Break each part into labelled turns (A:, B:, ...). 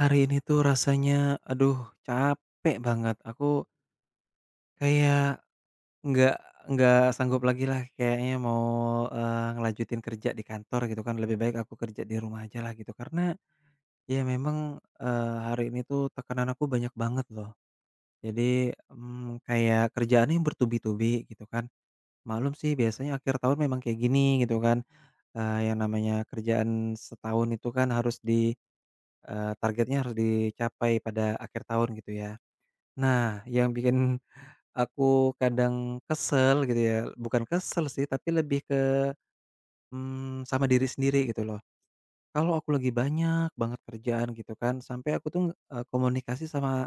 A: Hari ini tuh rasanya aduh capek banget, aku kayak nggak nggak sanggup lagi lah kayaknya mau, ngelanjutin kerja di kantor gitu kan, lebih baik aku kerja di rumah aja lah gitu. Karena ya memang, hari ini tuh tekanan aku banyak banget loh. Jadi, kayak kerjaan yang bertubi-tubi gitu kan. Maklum sih biasanya akhir tahun memang kayak gini gitu kan, yang namanya kerjaan setahun itu kan harus targetnya harus dicapai pada akhir tahun gitu ya. Nah, yang bikin aku kadang kesel gitu ya, bukan kesel sih, tapi lebih ke, sama diri sendiri gitu loh. Kalau aku lagi banyak banget kerjaan gitu kan, sampai aku tuh, komunikasi sama,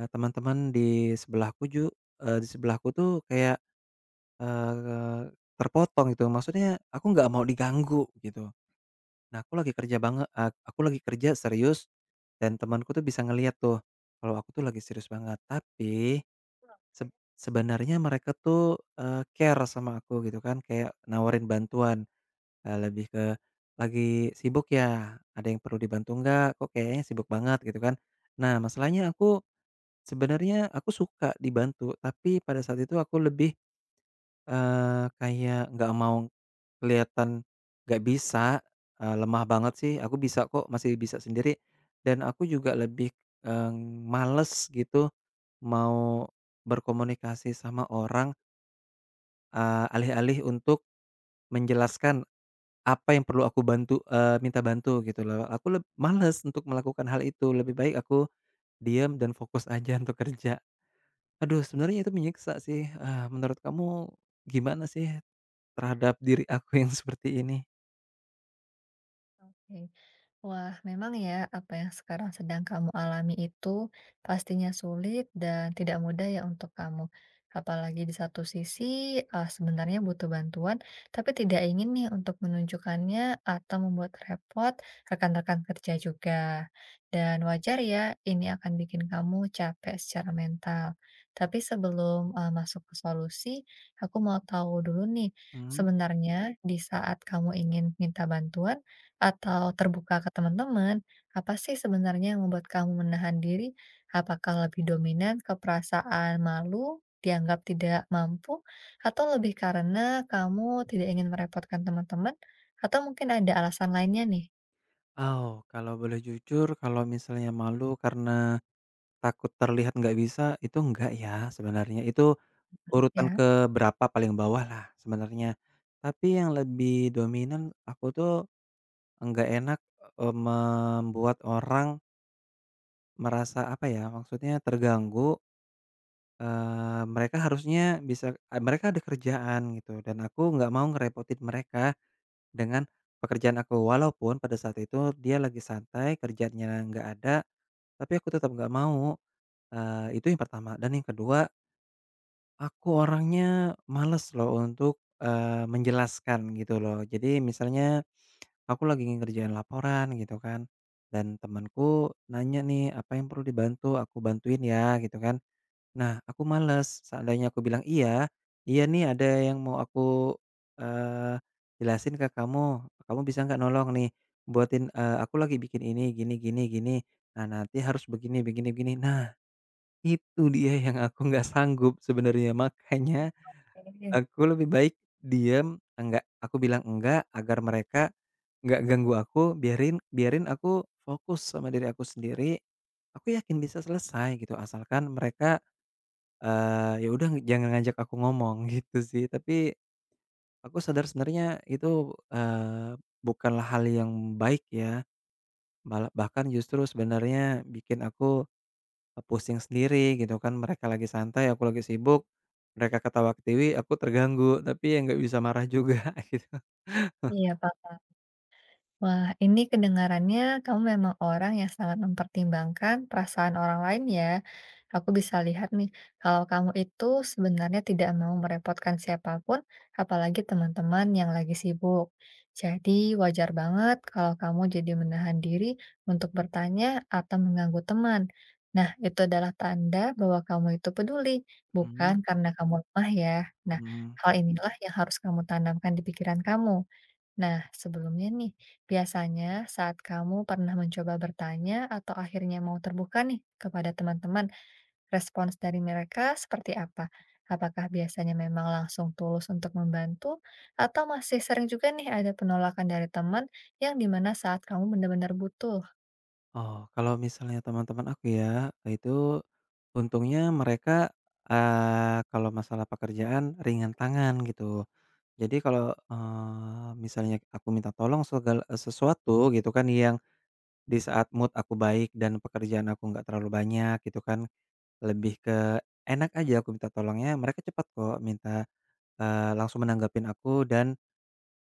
A: teman-teman di sebelahku tuh kayak, eee, terpotong gitu. Maksudnya aku nggak mau diganggu gitu. Nah, aku lagi kerja serius dan temanku tuh bisa ngelihat tuh kalau aku tuh lagi serius banget. Tapi Seb sebenarnya mereka tuh, care sama aku gitu kan, kayak nawarin bantuan, lebih ke, "Lagi sibuk ya? Ada yang perlu dibantu nggak? Kok kayaknya sibuk banget?" Gitu kan. Nah, masalahnya aku sebenarnya aku suka dibantu, tapi pada saat itu aku lebih, kayak nggak mau kelihatan nggak bisa, lemah banget sih, aku bisa kok, masih bisa sendiri, dan aku juga lebih, eee, males gitu mau berkomunikasi sama orang. Alih-alih untuk menjelaskan apa yang perlu minta bantu gitu loh, aku leb males untuk melakukan hal itu, lebih baik aku diam dan fokus aja untuk kerja. Aduh sebenarnya itu menyiksa sih, menurut kamu gimana sih terhadap diri aku yang seperti ini?
B: Oke. Wah, memang ya, apa yang sekarang sedang kamu alami itu pastinya sulit dan tidak mudah ya untuk kamu. Apalagi di satu sisi, sebenarnya butuh bantuan, tapi tidak ingin nih untuk menunjukkannya atau membuat repot rekan-rekan kerja juga. Dan wajar ya, ini akan bikin kamu capek secara mental. Tapi sebelum masuk ke solusi, aku mau tahu dulu nih,
A: Mmm,
B: sebenarnya di saat kamu ingin minta bantuan, atau terbuka ke teman-teman, apa sih sebenarnya yang membuat kamu menahan diri? Apakah lebih dominan ke perasaan malu, dianggap tidak mampu, atau lebih karena kamu tidak ingin merepotkan teman-teman, atau mungkin ada alasan lainnya nih?
A: oh, kalau boleh jujur, kalau misalnya malu karena takut terlihat nggak bisa itu enggak ya sebenarnya, itu urutan
B: Ya.
A: keberapa paling bawah lah sebenarnya. Tapi yang lebih dominan aku tuh enggak enak, membuat orang merasa, apa ya, maksudnya terganggu, mereka harusnya bisa eee, mereka ada kerjaan gitu dan aku nggak mau ngerepotin mereka dengan pekerjaan aku. Walaupun pada saat itu dia lagi santai, kerjaannya nggak ada, tapi aku tetap nggak mau, itu yang pertama. Dan yang kedua, aku orangnya males loh untuk, menjelaskan gitu loh. Jadi misalnya aku lagi ngerjain laporan gitu kan, dan temanku nanya nih apa yang perlu dibantu, aku bantuin ya gitu kan. Nah aku males, seandainya aku bilang iya, iya nih ada yang mau eee, jelasin ke kamu, kamu bisa nggak nolong nih buatin, aku lagi bikin ini gini gini gini, nah nanti harus begini begini begini. Nah itu dia yang aku nggak sanggup sebenarnya, makanya
B: Oke.
A: aku lebih baik diem, enggak, aku bilang enggak agar mereka nggak ganggu aku, biarin biarin aku fokus sama diri aku sendiri, aku yakin bisa selesai gitu asalkan mereka, ya udah jangan ngajak aku ngomong gitu sih. Tapi aku sadar sebenarnya itu, bukanlah hal yang baik ya, malah bahkan justru sebenarnya bikin aku pusing sendiri gitu kan, mereka lagi santai, aku lagi sibuk, mereka ketawa-ketiwi, aku terganggu, tapi ya nggak bisa marah juga.
B: Iya, Pak. Wah, ini kedengarannya kamu memang orang yang sangat mempertimbangkan perasaan orang lain ya. Aku bisa lihat nih, kalau kamu itu sebenarnya tidak mau merepotkan siapapun, apalagi teman-teman yang lagi sibuk. Jadi wajar banget kalau kamu jadi menahan diri untuk bertanya atau mengganggu teman. Nah, itu adalah tanda bahwa kamu itu peduli, bukan
A: Mmm.
B: karena kamu lemah ya. Nah,
A: Mhm.
B: hal inilah yang harus kamu tanamkan di pikiran kamu. Nah, sebelumnya nih, biasanya saat kamu pernah mencoba bertanya atau akhirnya mau terbuka nih kepada teman-teman, respons dari mereka seperti apa? Apakah biasanya memang langsung tulus untuk membantu, atau masih sering juga nih ada penolakan dari teman yang dimana saat kamu benar-benar butuh?
A: Oh, kalau misalnya teman-teman aku ya, itu untungnya mereka, kalau masalah pekerjaan ringan tangan gitu. Jadi kalau, misalnya aku minta tolong segala sesuatu gitu kan, yang di saat mood aku baik dan pekerjaan aku nggak terlalu banyak gitu kan, lebih ke enak aja aku minta tolongnya, mereka cepat kok minta, langsung menanggapin aku dan,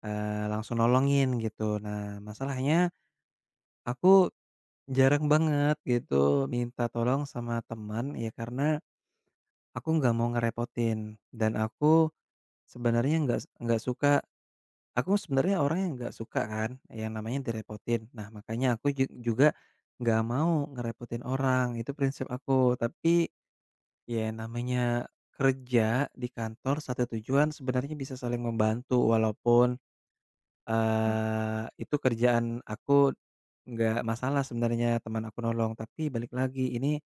A: langsung nolongin gitu. Nah masalahnya aku jarang banget gitu minta tolong sama teman, ya karena aku nggak mau ngerepotin dan sebenarnya nggak nggak suka aku sebenarnya orang yang nggak suka kan yang namanya direpotin. Nah, makanya aku ju juga nggak mau ngerepotin orang, itu prinsip aku. Tapi ya namanya kerja di kantor satu tujuan sebenarnya bisa saling membantu, walaupun, itu kerjaan aku, nggak masalah sebenarnya teman aku nolong, tapi balik lagi ini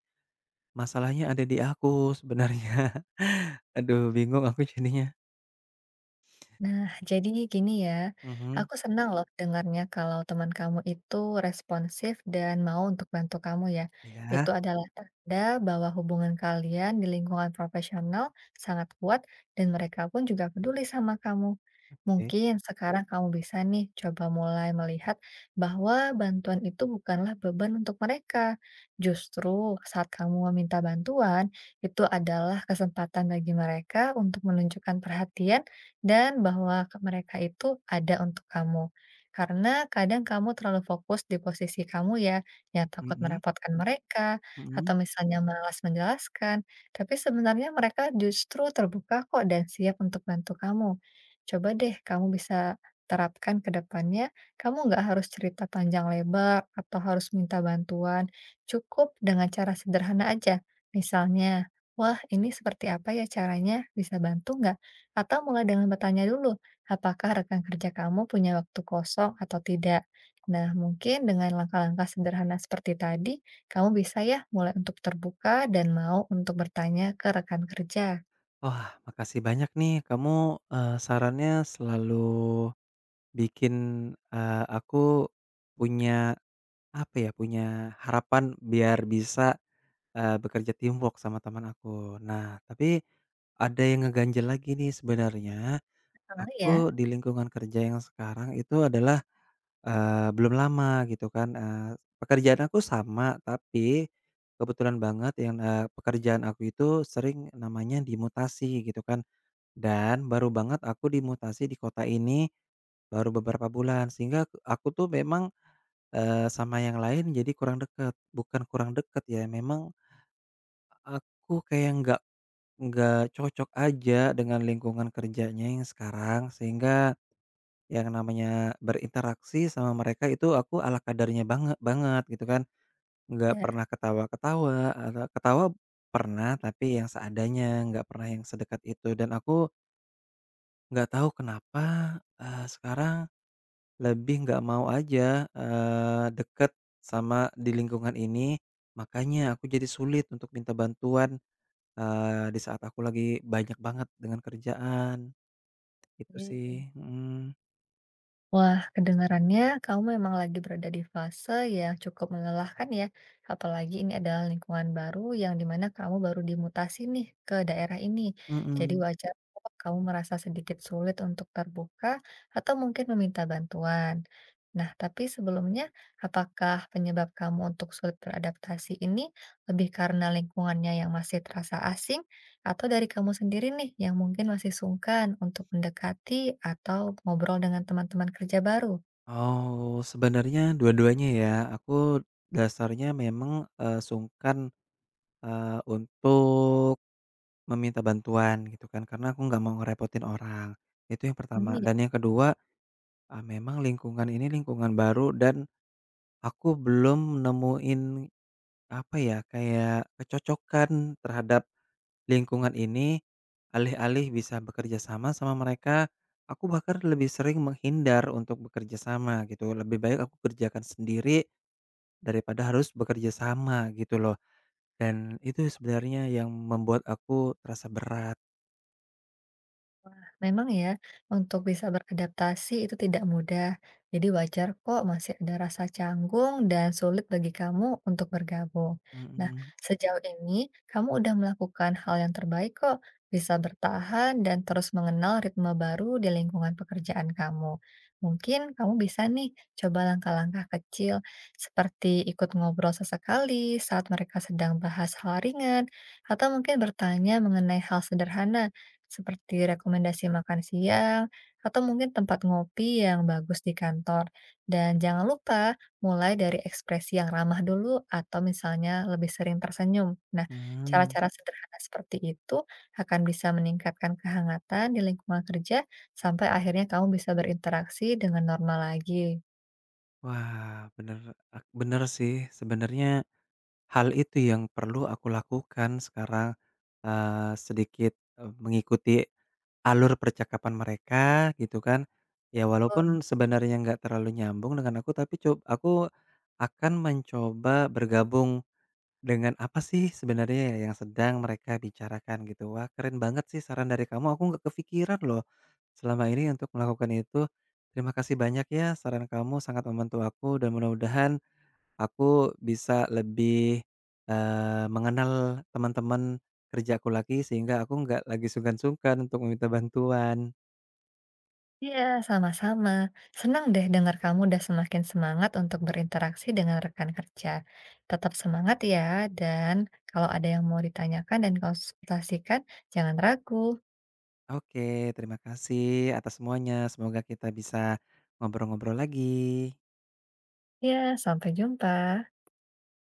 A: masalahnya ada di aku sebenarnya. Aduh bingung aku jadinya.
B: Nah, jadi gini ya,
A: Mhm.
B: aku senang loh dengarnya kalau teman kamu itu responsif dan mau untuk bantu kamu ya.
A: Iya,
B: Itu adalah tanda bahwa hubungan kalian di lingkungan profesional sangat kuat dan mereka pun juga peduli sama kamu.
A: oke.
B: Mungkin sekarang kamu bisa nih coba mulai melihat bahwa bantuan itu bukanlah beban untuk mereka. Justru saat kamu meminta bantuan, itu adalah kesempatan bagi mereka untuk menunjukkan perhatian dan bahwa ke mereka itu ada untuk kamu. Karena kadang kamu terlalu fokus di posisi kamu ya, yang takut
A: Mhm,
B: merepotkan mereka, atau
A: mhm.
B: misalnya malas menjelaskan, tapi sebenarnya mereka justru terbuka kok dan siap untuk bantu kamu. Coba deh kamu bisa terapkan ke depannya, kamu nggak harus cerita panjang lebar atau harus minta bantuan, cukup dengan cara sederhana aja. Misalnya, "Wah, ini seperti apa ya caranya? Bisa bantu nggak?" Atau mulai dengan bertanya dulu, apakah rekan kerja kamu punya waktu kosong atau tidak. Nah, mungkin dengan langkah-langkah sederhana seperti tadi, kamu bisa ya mulai untuk terbuka dan mau untuk bertanya ke rekan kerja.
A: Wah, makasih banyak nih kamu, sarannya selalu bikin, aku punya, apa ya, punya harapan biar bisa, bekerja teamwork sama teman aku. Nah tapi ada yang ngeganjel lagi nih sebenarnya,
B: Sama ya?
A: aku di lingkungan kerja yang sekarang itu adalah, belum lama gitu kan, pekerjaan aku sama, tapi kebetulan banget yang, pekerjaan aku itu sering namanya dimutasi gitu kan, dan baru banget aku dimutasi di kota ini baru beberapa bulan, sehingga aku tuh memang, sama yang lain jadi kurang dekat. Bukan kurang dekat ya, memang aku kayak nggak cocok aja dengan lingkungan kerjanya yang sekarang, sehingga yang namanya berinteraksi sama mereka itu aku ala kadarnya banget gitu kan, nggak
B: Ya.
A: pernah ketawa-ketawa atau ketawa pernah tapi yang seadanya, nggak pernah yang sedekat itu, dan aku nggak tahu kenapa, sekarang lebih nggak mau aja, deket sama di lingkungan ini, makanya aku jadi sulit untuk minta bantuan, di saat aku lagi banyak banget dengan kerjaan, itu sih.
B: Hmm.
A: Mhm,
B: Wah, kedengarannya kamu memang lagi berada di fase yang cukup melelahkan ya. Apalagi ini adalah lingkungan baru yang dimana kamu baru dimutasi nih ke daerah ini. Jadi
A: mhm.
B: wajar kok kamu merasa sedikit sulit untuk terbuka atau mungkin meminta bantuan. Nah, tapi sebelumnya, apakah penyebab kamu untuk sulit beradaptasi ini lebih karena lingkungannya yang masih terasa asing atau dari kamu sendiri nih yang mungkin masih sungkan untuk mendekati atau ngobrol dengan teman-teman kerja baru?
A: Oh, sebenarnya dua-duanya ya. Aku dasarnya memang, sungkan, untuk meminta bantuan gitu kan, karena aku nggak mau ngerepotin orang. Itu yang pertama.
B: Hmm.
A: Dan yang kedua, memang lingkungan ini lingkungan baru dan aku belum nemuin, apa ya, kayak kecocokan terhadap lingkungan ini. Alih-alih bisa bekerja sama sama mereka, aku bahkan lebih sering menghindar untuk bekerja sama gitu. Lebih baik aku kerjakan sendiri daripada harus bekerja sama gitu loh, dan itu sebenarnya yang membuat aku terasa berat.
B: Memang ya, untuk bisa beradaptasi itu tidak mudah. Jadi wajar kok masih ada rasa canggung dan sulit bagi kamu untuk bergabung. Nah,
A: Mhm.
B: sejauh ini kamu udah melakukan hal yang terbaik kok, bisa bertahan dan terus mengenal ritme baru di lingkungan pekerjaan kamu. Mungkin kamu bisa nih coba langkah-langkah kecil seperti ikut ngobrol sesekali saat mereka sedang bahas hal ringan atau mungkin bertanya mengenai hal sederhana seperti rekomendasi makan siang atau mungkin tempat ngopi yang bagus di kantor. Dan jangan lupa mulai dari ekspresi yang ramah dulu atau misalnya lebih sering tersenyum. Nah,
A: Mmm.
B: cara-cara sederhana seperti itu akan bisa meningkatkan kehangatan di lingkungan kerja sampai akhirnya kamu bisa berinteraksi dengan normal lagi.
A: Wah, bener, bener sih, sebenarnya hal itu yang perlu aku lakukan sekarang, sedikit, mengikuti alur percakapan mereka gitu kan. Ya walaupun sebenarnya nggak terlalu nyambung dengan aku, tapi aku akan mencoba bergabung dengan apa sih sebenarnya ya yang sedang mereka bicarakan gitu? Wah, keren banget sih saran dari kamu, aku nggak kepikiran loh selama ini untuk melakukan itu. Terima kasih banyak ya, saran kamu sangat membantu aku dan mudah-mudahan aku bisa lebih, mengenal teman-teman kerjaku lagi sehingga aku nggak lagi sungkan-sungkan untuk meminta bantuan.
B: Iya, sama-sama. Senang deh dengar kamu udah semakin semangat untuk berinteraksi dengan rekan kerja. Tetap semangat ya, dan kalau ada yang mau ditanyakan dan konsultasikan, jangan ragu.
A: Oke, terima kasih atas semuanya, semoga kita bisa ngobrol-ngobrol lagi.
B: Ya, sampai jumpa.